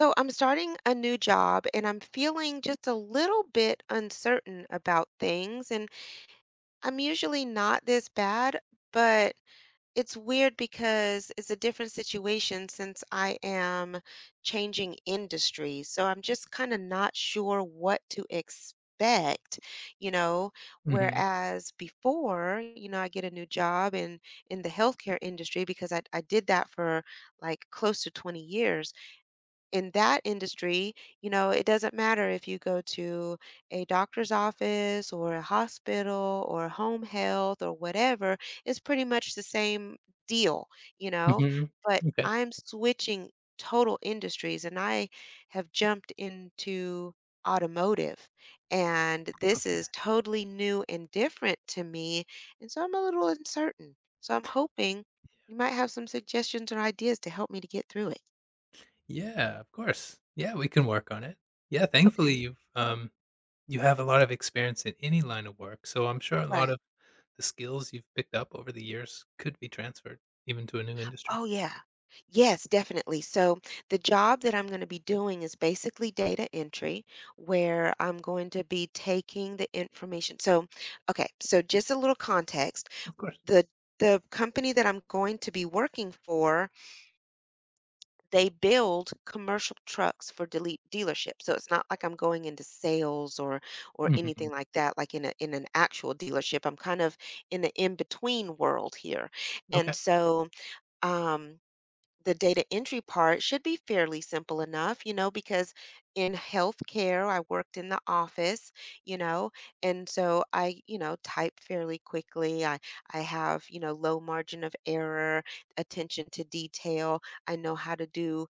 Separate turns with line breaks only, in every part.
So I'm starting a new job and I'm feeling just a little bit uncertain about things. And I'm usually not this bad, but it's weird because it's a different situation since I am changing industries. So I'm just kind of not sure what to expect, you know,
Mhm,
whereas before, I get a new job in the healthcare industry because I did that for like close to 20 years in that industry, it doesn't matter if you go to a doctor's office or a hospital or home health or whatever, it's pretty much the same deal, you know.
mhm.
But
Okay,
I'm switching total industries and I have jumped into automotive. And this is
okay.
totally new and different to me. And so I'm a little uncertain. So I'm hoping you might have some suggestions or ideas to help me to get through it.
Yeah, of course. Yeah, we can work on it. Yeah, thankfully,
Okay.
you have a lot of experience in any line of work, so I'm sure a lot
Right.
of the skills you've picked up over the years could be transferred even to a new industry.
Oh, yeah. Yes, definitely. So, the job that I'm going to be doing is basically data entry, where I'm going to be taking the information. So, okay, so just a little context.
Of course.
The the company that I'm going to be working for, they build commercial trucks for delete dealerships. So it's not like I'm going into sales or anything
Mhm.
like that, like in a in an actual dealership. I'm kind of in the in-between world here. And
Okay,
so um the data entry part should be fairly simple enough, because in healthcare, I worked in the office, you know, and so I type fairly quickly. I have, low margin of error, attention to detail. I know how to do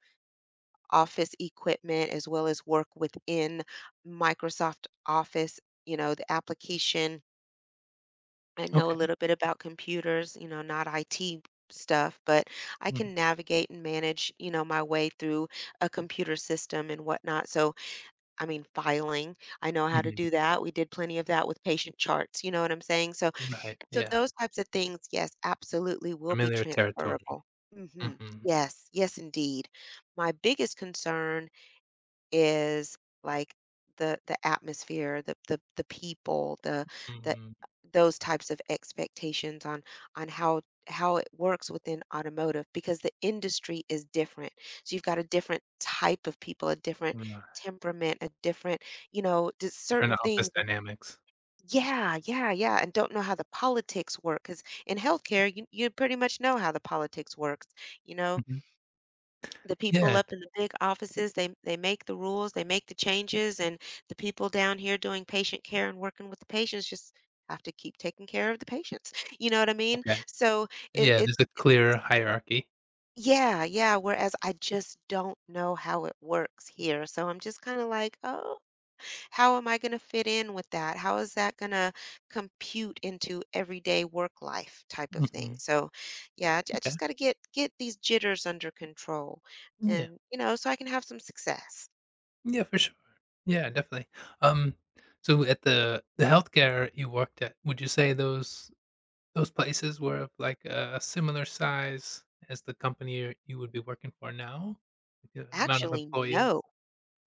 office equipment as well as work within Microsoft Office, the application I know a
okay.
little bit about computers, not IT stuff, but I
Mhm,
can navigate and manage, my way through a computer system and whatnot. So, I mean, filing, I know how to
mhm.
do that. We did plenty of that with patient charts, you know what I'm saying? So,
Right,
so
yeah.
those types of things, yes, absolutely will be
Familiar territory.
transferable. hmm
Mhm,
Yes, yes, indeed. My biggest concern is like the atmosphere, the people, the
mhm.
those types of expectations on how it works within automotive because the industry is different. So you've got a different type of people, a different
Right.
temperament, a different, just
Different
certain
office
things are
dynamics.
yeah, yeah, yeah, and don't know how the politics work because in healthcare, you pretty much know how the politics works, you know,
Mhm.
the people
Yeah,
up in the big offices, they make the rules, they make the changes, and the people down here doing patient care and working with the patients just have to keep taking care of the patients. You know what I mean?
okay.
So it
Yeah,
it,
there's a
it
clear hierarchy.
yeah, yeah. Whereas I just don't know how it works here. So I'm just kind of like, oh, how am I going to fit in with that? How is that going to compute into everyday work life type of thing?
Mhm,
So, yeah, I
okay.
just got to get these jitters under control,
Yeah.
and you know, so I can have some success.
Yeah, for sure. Yeah, definitely. Um, so at the healthcare you worked at, would you say those places were of like a similar size as the company you would be working for now? Like the amount of
Actually,
employees?
no.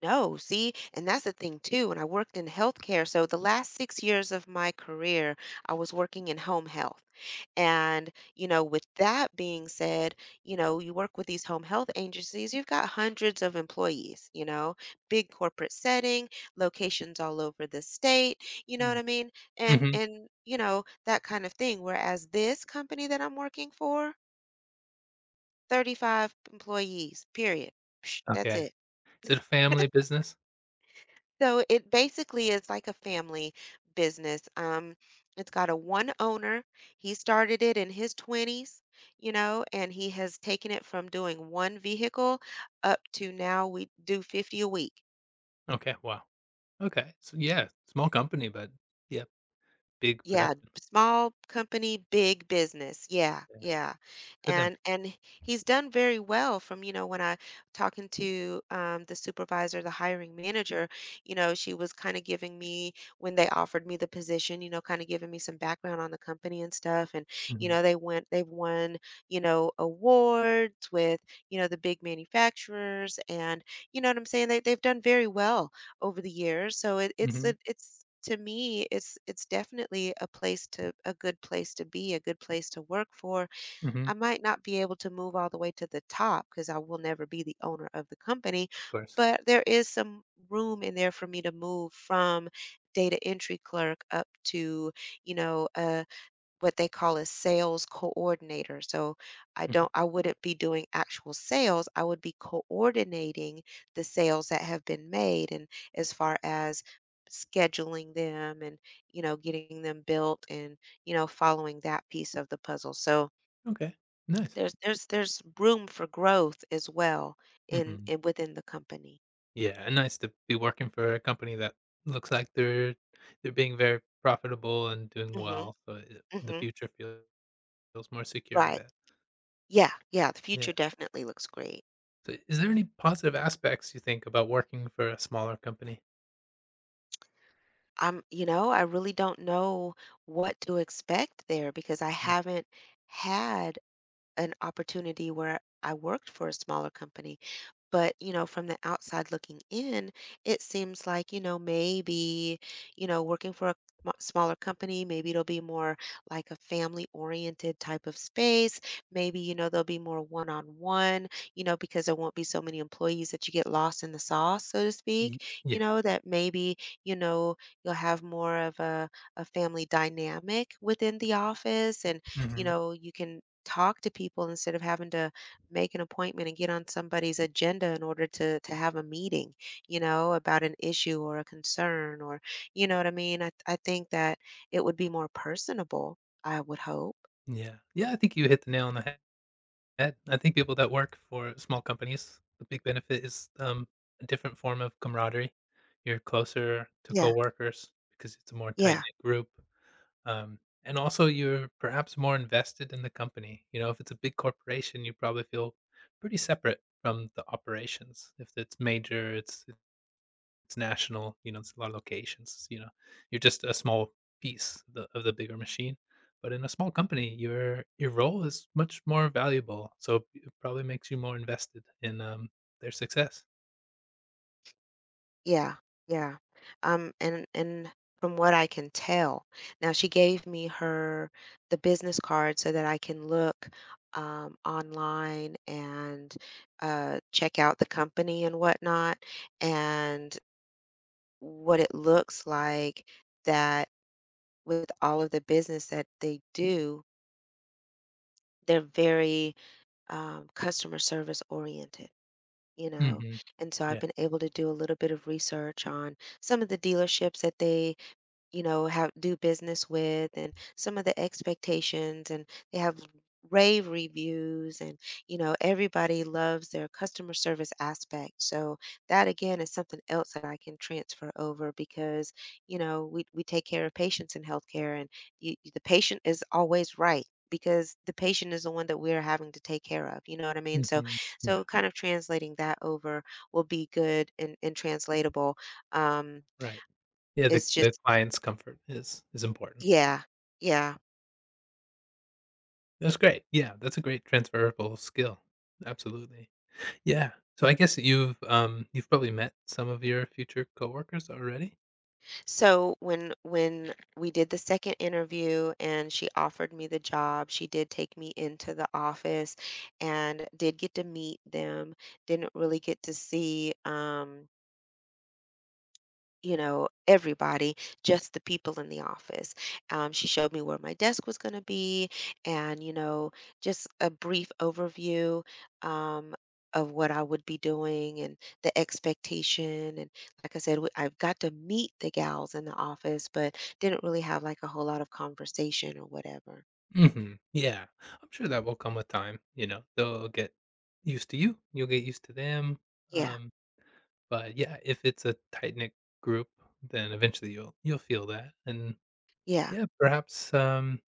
No, see, and that's the thing too. And I worked in healthcare. So the last 6 years of my career, I was working in home health. And, you know, with that being said, you know, you work with these home health agencies, you've got hundreds of employees, you know, big corporate setting, locations all over the state, you know what
Mm.
I mean? And
Mhm.
and you know, that kind of thing. Whereas this company that I'm working for, 35 employees, period. Psh, that's
Okay.
it.
Is it a family business?
So it basically is like a family business. It's got a one owner. He started it in his 20s, you know, and he has taken it from doing one vehicle up to now we do 50 a week.
Okay, wow. Okay. So yeah, small company, but yeah, big
Yeah,
production.
small company, big business. Yeah,
Yeah,
yeah.
for them.
And he's done very well from, you know, when I talking to the supervisor, the hiring manager, you know, she was kind of giving me when they offered me the position, you know, kind of giving me some background on the company and stuff. And, you
Mhm.
know, they went, they've won, you know, awards with, you know, the big manufacturers and, you know what I'm saying? They've done very well over the years. So it, it's a,
Mhm.
it's to me it's definitely a place to a good place to be, a good place to work for.
Mhm.
I might not be able to move all the way to the top because I will never be the owner of the company,
Of course.
but there is some room in there for me to move from data entry clerk up to you know a what they call a sales coordinator. So
Mhm.
I wouldn't be doing actual sales. I would be coordinating the sales that have been made and as far as scheduling them and you know getting them built and you know following that piece of the puzzle. So
Okay. Nice.
there's room for growth as well in,
Mhm.
in within the company.
Yeah, and nice to be working for a company that looks like they're being very profitable and doing
Mhm.
well, so it the
Mhm.
future feels feels more secure, I
Right.
bet.
Yeah. Yeah, the
Yeah.
future definitely looks great.
So is there any positive aspects you think about working for a smaller company?
You know, I really don't know what to expect there because I
Yeah.
haven't had an opportunity where I worked for a smaller company. But, you know, from the outside looking in, it seems like, you know, maybe, you know, working for a smaller company, maybe it'll be more like a family oriented type of space. Maybe, you know, there'll be more one on one, you know, because there won't be so many employees that you get lost in the sauce, so to
Ye
speak, you
Yeah.
know, that maybe, you know, you'll have more of a family dynamic within the office and, you
Mhm.
know, you can talk to people instead of having to make an appointment and get on somebody's agenda in order to have a meeting, you know, about an issue or a concern or you know what I mean? I think that it would be more personable, I would hope.
Yeah. Yeah, I think you hit the nail on the he head. I think people that work for small companies, the big benefit is, a different form of camaraderie. You're closer to
Yeah.
coworkers because it's a more
Yeah.
tight-knit group. And also, you're perhaps more invested in the company. You know, if it's a big corporation, you probably feel pretty separate from the operations. If it's major, it's national. You know, it's a lot of locations. You know, you're just a small piece of the bigger machine. But in a small company, your role is much more valuable. So it probably makes you more invested in their success.
Yeah. Yeah. And from what I can tell. Now she gave me her the business card so that I can look online and check out the company and whatnot. And what it looks like that with all of the business that they do, they're very customer service oriented, you know.
Hmm.
And so I've
Yeah.
been able to do a little bit of research on some of the dealerships that they you know, have do business with and some of the expectations and they have rave reviews and you know everybody loves their customer service aspect so that again is something else that I can transfer over because you know we take care of patients in healthcare and you, the patient is always right because the patient is the one that we're having to take care of you know what I mean so
Hmm.
so
Yeah.
kind of translating that over will be good and translatable um
Right. Yeah. The,
it's
the
just
client's comfort is important.
yeah, yeah.
That's great. Yeah, that's a great transferable skill. Absolutely. Yeah. So I guess you've probably met some of your future coworkers already?
So when we did the second interview and she offered me the job, she did take me into the office and did get to meet them. Didn't really get to see you know, everybody, just the people in the office. She showed me where my desk was going to be and, you know, just a brief overview um, of what I would be doing and the expectation. And like I said, I've got to meet the gals in the office, but didn't really have like a whole lot of conversation or whatever.
Mhm. Yeah. I'm sure that will come with time, you know, they'll get used to you, you'll get used to them,
Yeah.
um, but yeah, if it's a tight-knit group, then eventually you'll feel that, and
Yeah.
yeah, perhaps,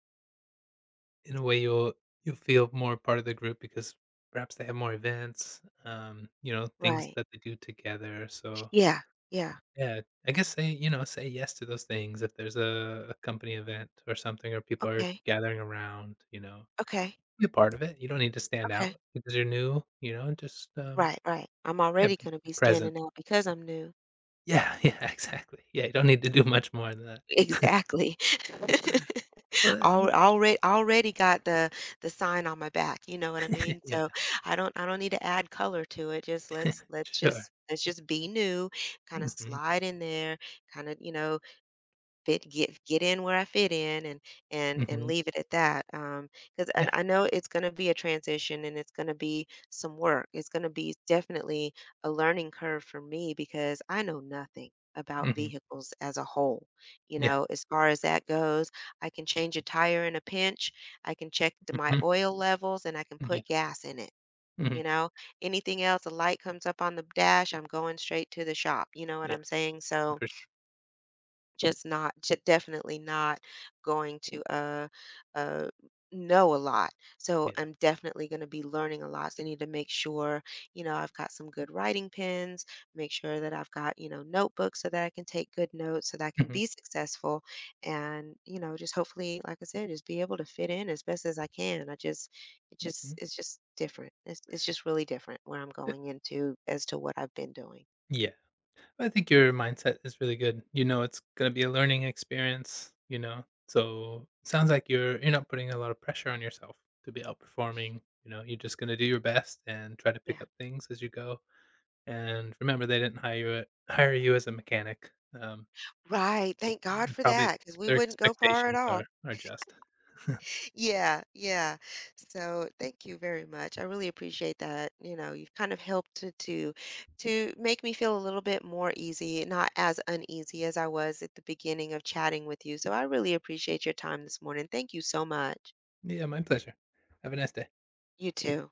in a way you'll feel more part of the group because perhaps they have more events, you know, things
Right.
that they do together, so
Yeah. Yeah.
yeah, I guess say, you know, say yes to those things if there's a company event or something or people are
Okay.
gathering around, you know.
Okay.
Be a part of it. You don't need to stand
Okay.
out because you're new, you know, and just
Right. Right. I'm
yeah,
already
be
going to
be
be
present.
standing out because I'm new.
Yeah, yeah, exactly. Yeah, you don't need to do much more than that.
Exactly.
Well,
Al
uh,
Already got the sign on my back, you know what I mean?
yeah,
So I don't need to add color to it. Just let's let's
sure.
just let's just be new, kind of
Mhm.
slide in there, kind of, you know, fit get in where I fit in and
Mhm.
leave it at that. Because and
Yeah.
I know it's gonna be a transition and it's gonna be some work. It's gonna be definitely a learning curve for me because I know nothing about
Mhm.
vehicles as a whole. You
Yeah.
know, as far as that goes, I can change a tire in a pinch, I can check my
Mhm.
oil levels, and I can
Yeah.
put gas in it.
Mhm.
You know, anything else, a light comes up on the dash, I'm going straight to the shop. You know what
Yeah,
I'm saying? So,
for sure.
just not ju- definitely not going to uh know a lot so
Yeah.
I'm definitely going to be learning a lot so I need to make sure you know I've got some good writing pens make sure that I've got you know notebooks so that I can take good notes so that I can
Mhm.
be successful and you know just hopefully like I said just be able to fit in as best as I can I just
Mhm.
it's just different it's just really different where I'm
Uh,
going into as to what I've been doing
yeah. I think your mindset is really good. You know, it's gonna be a learning experience, you know. So sounds like you're not putting a lot of pressure on yourself to be outperforming. You know, you're just gonna do your best and try to pick
yeah
up things as you go. And remember, they didn't hire you as a mechanic. Um,
Right, thank God
they're
for
probably
that, because we
their
wouldn't go far at
expectations
all.
are just.
Yeah, yeah. So, thank you very much. I really appreciate that, you know, you've kind of helped to make me feel a little bit more easy, not as uneasy as I was at the beginning of chatting with you. So, I really appreciate your time this morning. Thank you so much.
Yeah, my pleasure. Have a nice day.
You too.